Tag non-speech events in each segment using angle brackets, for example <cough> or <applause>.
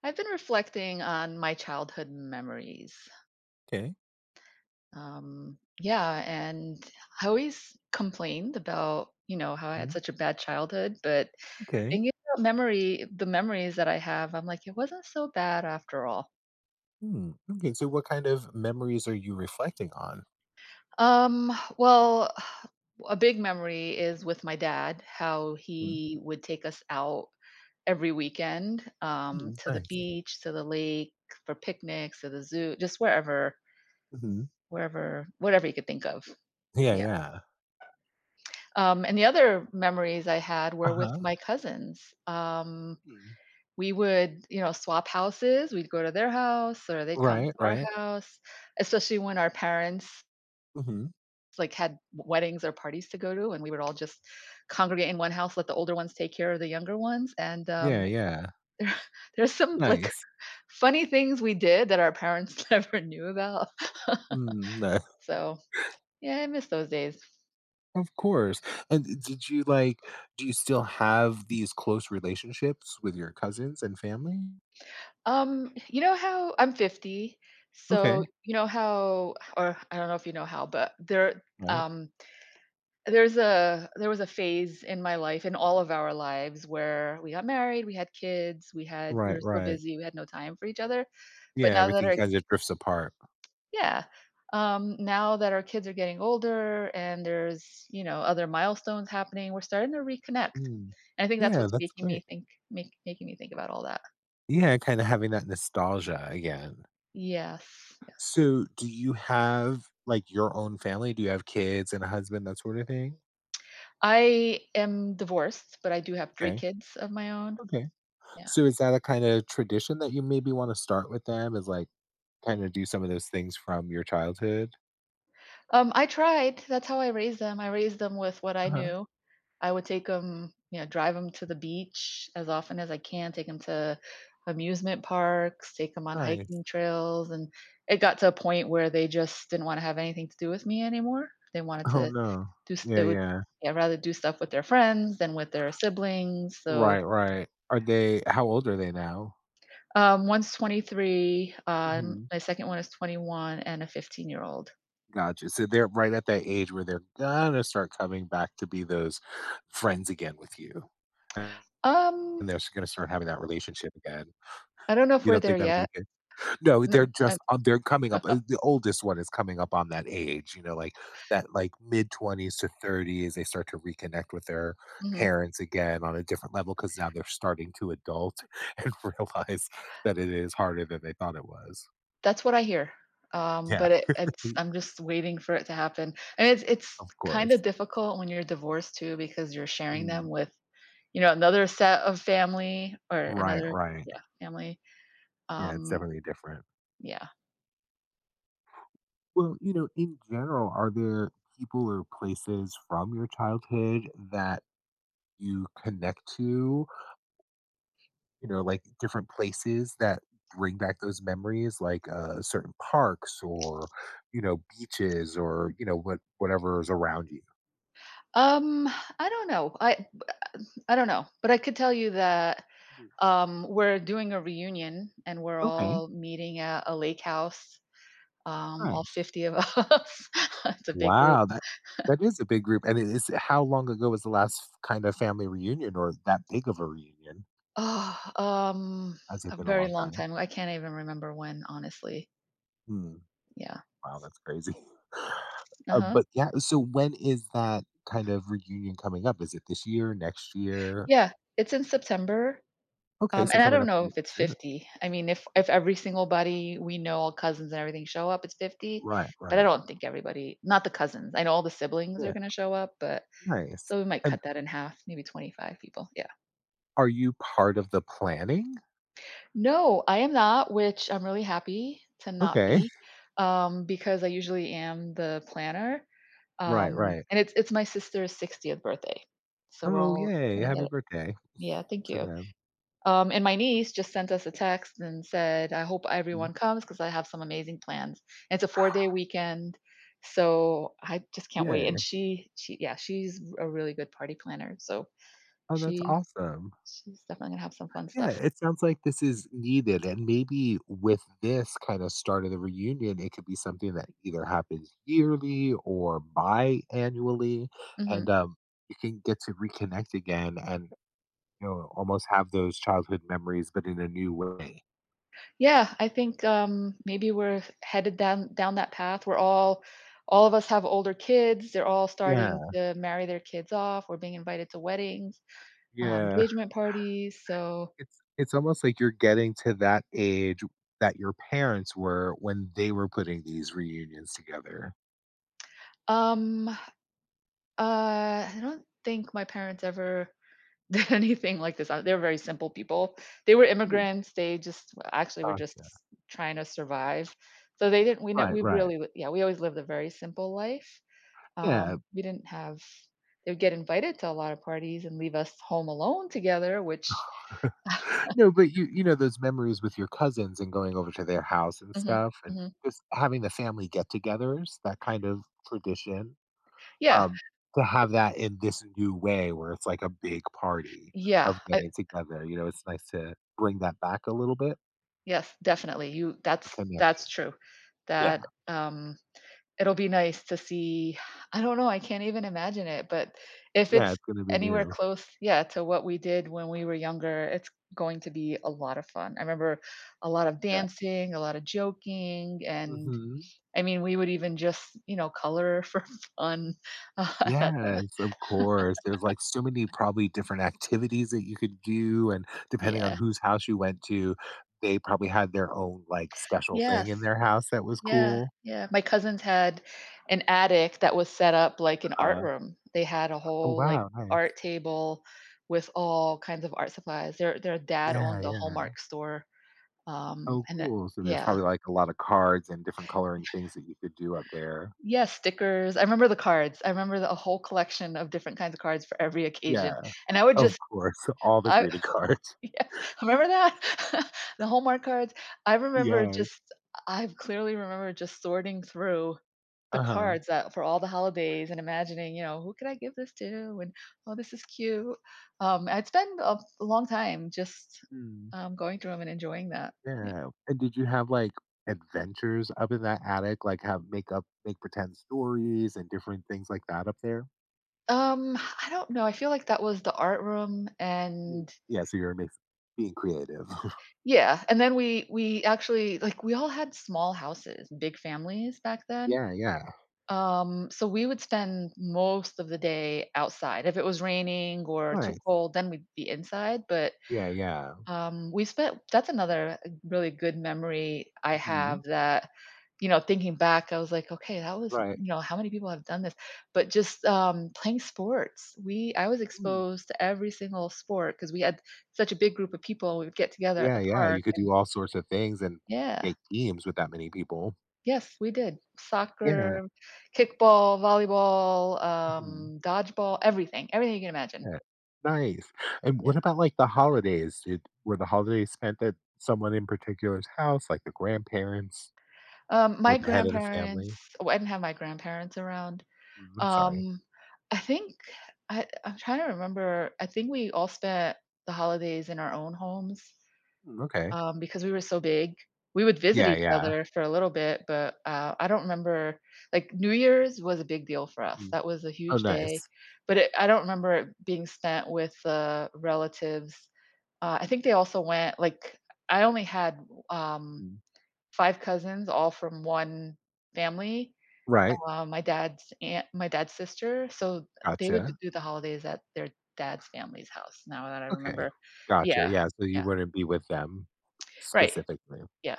I've been reflecting on my childhood memories. Okay. Yeah, and I always complained about, how I had Mm, such a bad childhood, but okay. thinking about memory, the memories that I have, I'm like, it wasn't so bad after all. Hmm. Okay. So, what kind of memories are you reflecting on? Um, well, <sighs> a big memory is with my dad, how Mm. he would take us out every weekend Mm, to the nice. beach, to the lake, for picnics, to the zoo, just wherever, Hmm. wherever, whatever you could think of. Yeah. Yeah. Yeah. And the other memories I had were Uh with huh. my cousins. Mm. We would, swap houses. We'd go to their house or they'd come Right. to our Right. house, especially when our parents Hmm. like had weddings or parties to go to, and we would all just congregate in one house, let the older ones take care of the younger ones. And Yeah. Yeah. there's some like Nice. <laughs> funny things we did that our parents <laughs> never knew about. <laughs> Mm, no, So yeah, I miss those days. <laughs> of course. And did you like? Do you still have these close relationships with your cousins and family? You know how I'm 50, so Okay. you know how, or I don't know if you know how, but Right. um there was a phase in my life, in all of our lives, where we got married, we had kids, we Right. were so Right. busy, we had no time for each other. But Yeah. now that Everything our kind of drifts apart. Yeah. Now that our kids are getting older and there's, other milestones happening, we're starting to reconnect. Mm. And I think that's Yeah. what's That's making me great. think make making me think about all that. Yeah. Kind of having that nostalgia again. Yes, yes. So, do you have, like, your own family? Do you have kids and a husband, that sort of thing? I am divorced, but I do have 3 Okay, kids of my own. okay. Yeah. So, is that a kinda tradition that you maybe wanna start with them, is, like, kinda do some of those things from your childhood? I tried. That's how I raised them. I raised them with what I Uh-huh, knew. I would take them, drive them to the beach as often as I can, take them to amusement parks, take them on nice. hiking trails, and it got to a point where they just didn't wanna have anything to do with me anymore. They wanted Oh, to no. do s Yeah, they would, yeah. yeah, rather do stuff with their friends than with their siblings, so. Right, right. Are they How old are they now? One's 23, Mhm. my second one is 21, and a 15-year-old. Gotcha, so they're right at that age where they're gonna start coming back to be those friends again with you, and Um, they're gonna start having that relationship again. I don't know if You we're don't there think that'll be the yet. case? No, No, they're coming up. The oldest one is coming up on that age, you know, like that, like mid 20s to 30s. They start to reconnect with their mhm, parents again on a different level because now they're starting to adult <laughs> and realize that it is harder than they thought it was. that's what I hear, Yeah, but it it's I'm just waiting for it to happen, and <laughs> it's of kinda course. difficult when you're divorced too because you're sharing Mm, them with, another set of family or right, another, right. yeah, family, Yeah, it's um, definitely different. yeah. Well, you know, in general, are there people or places from your childhood that you connect to. You know, like, different places that bring back those memories, like, certain parks or, you know, beaches or, you know, whatever is around you. Um, I don't know, I don't know, but I could tell you that. Mhm. We're doing a reunion and we're Okay, all meeting at a lake house, all nice. 50 of <laughs> us. <laughs> It's a big group. Wow, that is a big group, and it is how long ago was the last kind of family reunion or that big of a reunion? Oh, Has a it been a very long long time? time. I can't even remember when, honestly. Hmm, Yeah. wow, that's crazy. <laughs> Uh-huh. But, yeah, so when is that kind of reunion coming up? Is it this year, next year? Yeah, it's in September. Okay, so And I coming don't up know if it's soon. 50. I mean, if every single buddy we know, all cousins and everything show up, it's 50. Right, But I right. don't think everybody, not the cousins. I know all the siblings are Yeah. gonna show up, but Nice. so we might And cut that in half, maybe 25 people. Yeah. are you part of the planning? No, I am not, which I'm really happy to not Okay. be, because I usually am the planner. Right, right. And it's my sister's 60th birthday. So we're Oh, all yay. going at Happy it. birthday Yeah, thank to you. them. And my niece just sent us a text and said, "I hope Mm, everyone comes because I have some amazing plans." And it's a 4-day weekend. So I just can't wait. yay. And she yeah, she's a really good party planner. So Oh, that's she awesome. she's definitely gonna have some fun Yeah, stuff. it sounds like this is needed. And maybe with this kind of start of the reunion, it could be something that either happens yearly or biannually. And Mhm. um, you can get to reconnect again and, you know, almost have those childhood memories, but in a new way. Yeah, I think, maybe we're headed down that path. We're All of us have older kids. They're all starting Yeah. to marry their kids off. We're being invited to weddings, Yeah. engagement parties. So, It's almost like you're getting to that age that your parents were when they were putting these reunions together. um, uh, I don't think my parents ever <laughs> did anything like this. They're very simple people. They were Mm, immigrants. They just actually were just gosh, trying to survive. So they didn't. We know right, we right. really li- Yeah. We always lived a very simple life. Yeah. We didn't have They would get invited to a lot of parties and leave us home alone together, which. No, but you know, those memories with your cousins and going over to their house and Mhm, stuff and mhm. just having the family get-togethers, that kind of tradition, Yeah, um, to have that in this new way where it's like a big party yeah, of I getting together, it's nice to bring that back a little bit, yes, definitely, you the that's connection. that's true. Yeah. That, um, It'll be nice to see <sighs> I don't know, I can't even imagine it, but if Yeah, it's it's gonna be anywhere new. close, yeah, to what we did when we were younger, it's going to be a lot of fun. I remember a lot of Yeah. dancing, a lot of joking, and Mhm. I mean, we would even just, color for <laughs> fun, uh, <laughs> that time. Yes, of course. There's, like, so many probably different activities that you could do, and depending on Yeah. whose house you went to, they probably had their own, like, special Yes. thing in their house that was Yeah, cool. yeah. My cousins had an attic that was set up like an art Uh room. They had a Oh, whole, like, wow, nice. art table with all kinds of art supplies. Their dad Yeah, owned a yeah. Hallmark store, Oh, and that cool. So there's yeah. probably, like, a lot of cards and different coloring things that you could do up there. Yeah, stickers. I remember the cards. I remember the a whole collection of different kinds of cards for every occasion, Yeah. and I would Of just course, <laughs> all the I greeting cards. <laughs> yes, <laughs> remember that? <laughs> The Hallmark cards. I remember Yes. just I clearly remember just sorting through the Uh-huh. cards that for all the holidays and imagining, who could I give this to? And, "Oh, this is cute." I'd spend a long time just, Mm. Going through them and enjoying that. Yeah. Yeah, and did you have, like, adventures up in that attic? Like, have make up make pretend stories and different things like that up there? I don't know, I feel like that was the art room, Mm. and Yeah, so you're mix being creative. <laughs> yeah, and then we actually, like, we all had small houses, big families back then. Yeah, yeah. So we would spend most of the day outside. If it was raining or too Nice. cold, then we'd be inside. But Yeah, yeah. We spent that's another really good memory I Mhm. have, that, thinking back, I was like, okay, that was, Right. How many people have done this? But just playing sports. We I was Mm. exposed to every single sport because we had such a big group of people. We would get together at Yeah, the yeah, you park, could and do all sorts of things and yeah. make teams with that many people. Yes, we did. Yeah. Soccer, kickball, volleyball, Mhm. Dodgeball, everything, everything you can imagine. Yeah. Nice. And Yeah. what about, like, the holidays? Did Were the holidays spent at someone in particular's house, like the grandparents or My the head of the grandparents family? Oh, I didn't have my grandparents around. Mm, I'm sorry. Um, I think I'm trying to remember, I think we all spent the holidays in our own homes. Mm, okay. Because we were so big. We would visit Yeah, each yeah. other for a little bit, but, I don't remember. Like, New Year's was a big deal for us. Mhm. That was a Oh, huge day, nice. but it I don't remember it being spent with, relatives. I think they also went, like, I only had, um, Mhm. 5 cousins all from 1 family, Right. My dad's sister, so they would Gotcha. do the holidays at their dad's family's house, now that I Okay. remember. Gotcha. Yeah, Yeah, so you yeah, wouldn't be with them right. specifically. Yeah,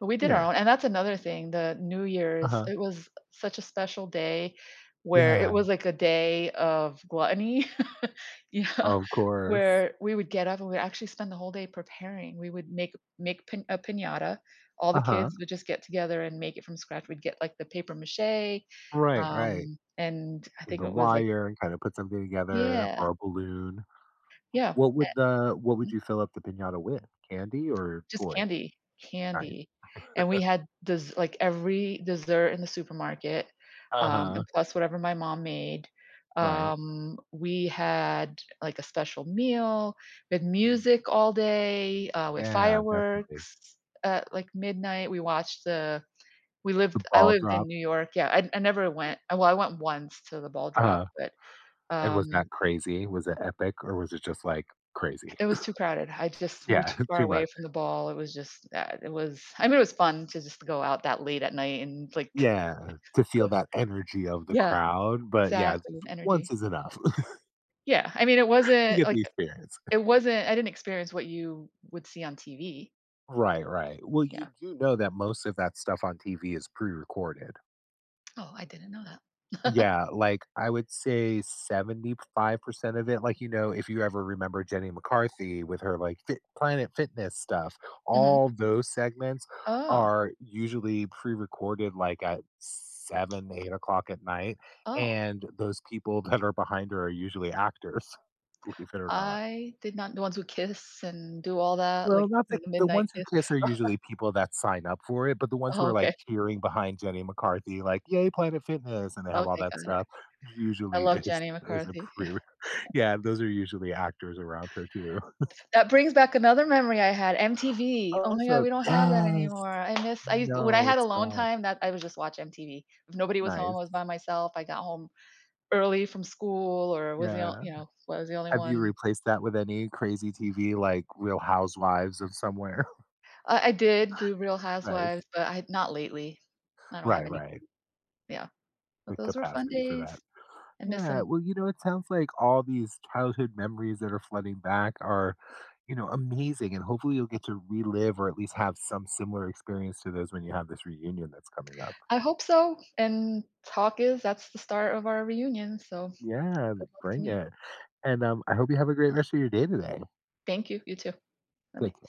but we did our Yeah. own, and that's another thing, the New Year's, Uh-huh. it was such a special day where it Yeah. was like a day of gluttony, <laughs> you know, Of course. where we would get up and we'd actually spend the whole day preparing. We would make make pin a piñata. All the Uh-huh. kids would just get together and make it from scratch. We'd get, like, the paper mache, Right, right. And I And think the it was, like. wire and kinda put something together Yeah, or a balloon. yeah. What would you fill up the piñata with? Candy or Just toys? candy, Right. candy, and we had des like, every dessert in the supermarket, Uh-huh. and plus whatever my mom made. Right. We had, like, a special meal, we had Mm. music all day, we had Yeah, definitely. fireworks at, like, midnight, we watched the we The lived I ball lived in drop. New York, yeah, I never went well, I went once to the ball drop, Uh-huh. but, And was um that crazy? Was it epic or was it just, like, crazy? It was too crowded. I just We were Yeah, too <laughs> far too away much. from the ball. It was just it was I mean, it was fun to just go out that late at night and, like, Yeah, to feel go. that energy of the Yeah, crowd, but yeah, exactly, just and once energy. is enough. <laughs> Yeah, I mean, it You wasn't get the like, experience. it wasn't I didn't experience what you would see on TV. Right, right. Well, Yeah. you do know that most of that stuff on TV is pre-recorded. Oh, I didn't know that. <laughs> Yeah, like, I would say 75% of it, like, you know, if you ever remember Jenny McCarthy with her, like, Fit Planet Fitness stuff, Mhm. all those segments Oh, are usually pre-recorded, like, at 7, 8 o'clock at night, oh, and those people <laughs> that are behind her are usually actors, <laughs> believe it or not. I did not, the ones who kiss and do all that, Well, like, not the the the midnight ones who kiss. kiss are usually people that sign up for it, but the ones who Oh, are, like, okay. cheering behind Jenny McCarthy, like, "Yay, Planet Fitness," and they have all Okay, that got it. stuff, I usually <laughs> love is Jenny is a McCarthy. pre <laughs> Yeah, those are usually actors around her too. That brings back another memory I had, MTV. Oh my god, Also we don't have that yes! anymore. I miss I used When I No, had it's alone gone. time, that I would just watch MTV. If nobody was home, I Nice. was by myself, I got home early from school, or was the on Yeah. Was the only Have you one. replaced that with any crazy TV, like, Real Housewives of somewhere? <laughs> I did do Real Nice. Housewives, but I not lately. I don't have Right, anything. right. Yeah, but The those were fun capacity for that. days. I miss Yeah, them. well, it sounds like all these childhood memories that are flooding back are, amazing. And hopefully you'll get to relive or at least have some similar experience to those when you have this reunion that's coming up. I hope so, and talk is that's the start of our reunion, so Yeah, good luck to bring me. it. And I hope you have a great rest of your day today. Thank you. You too. Take Bye-bye. care.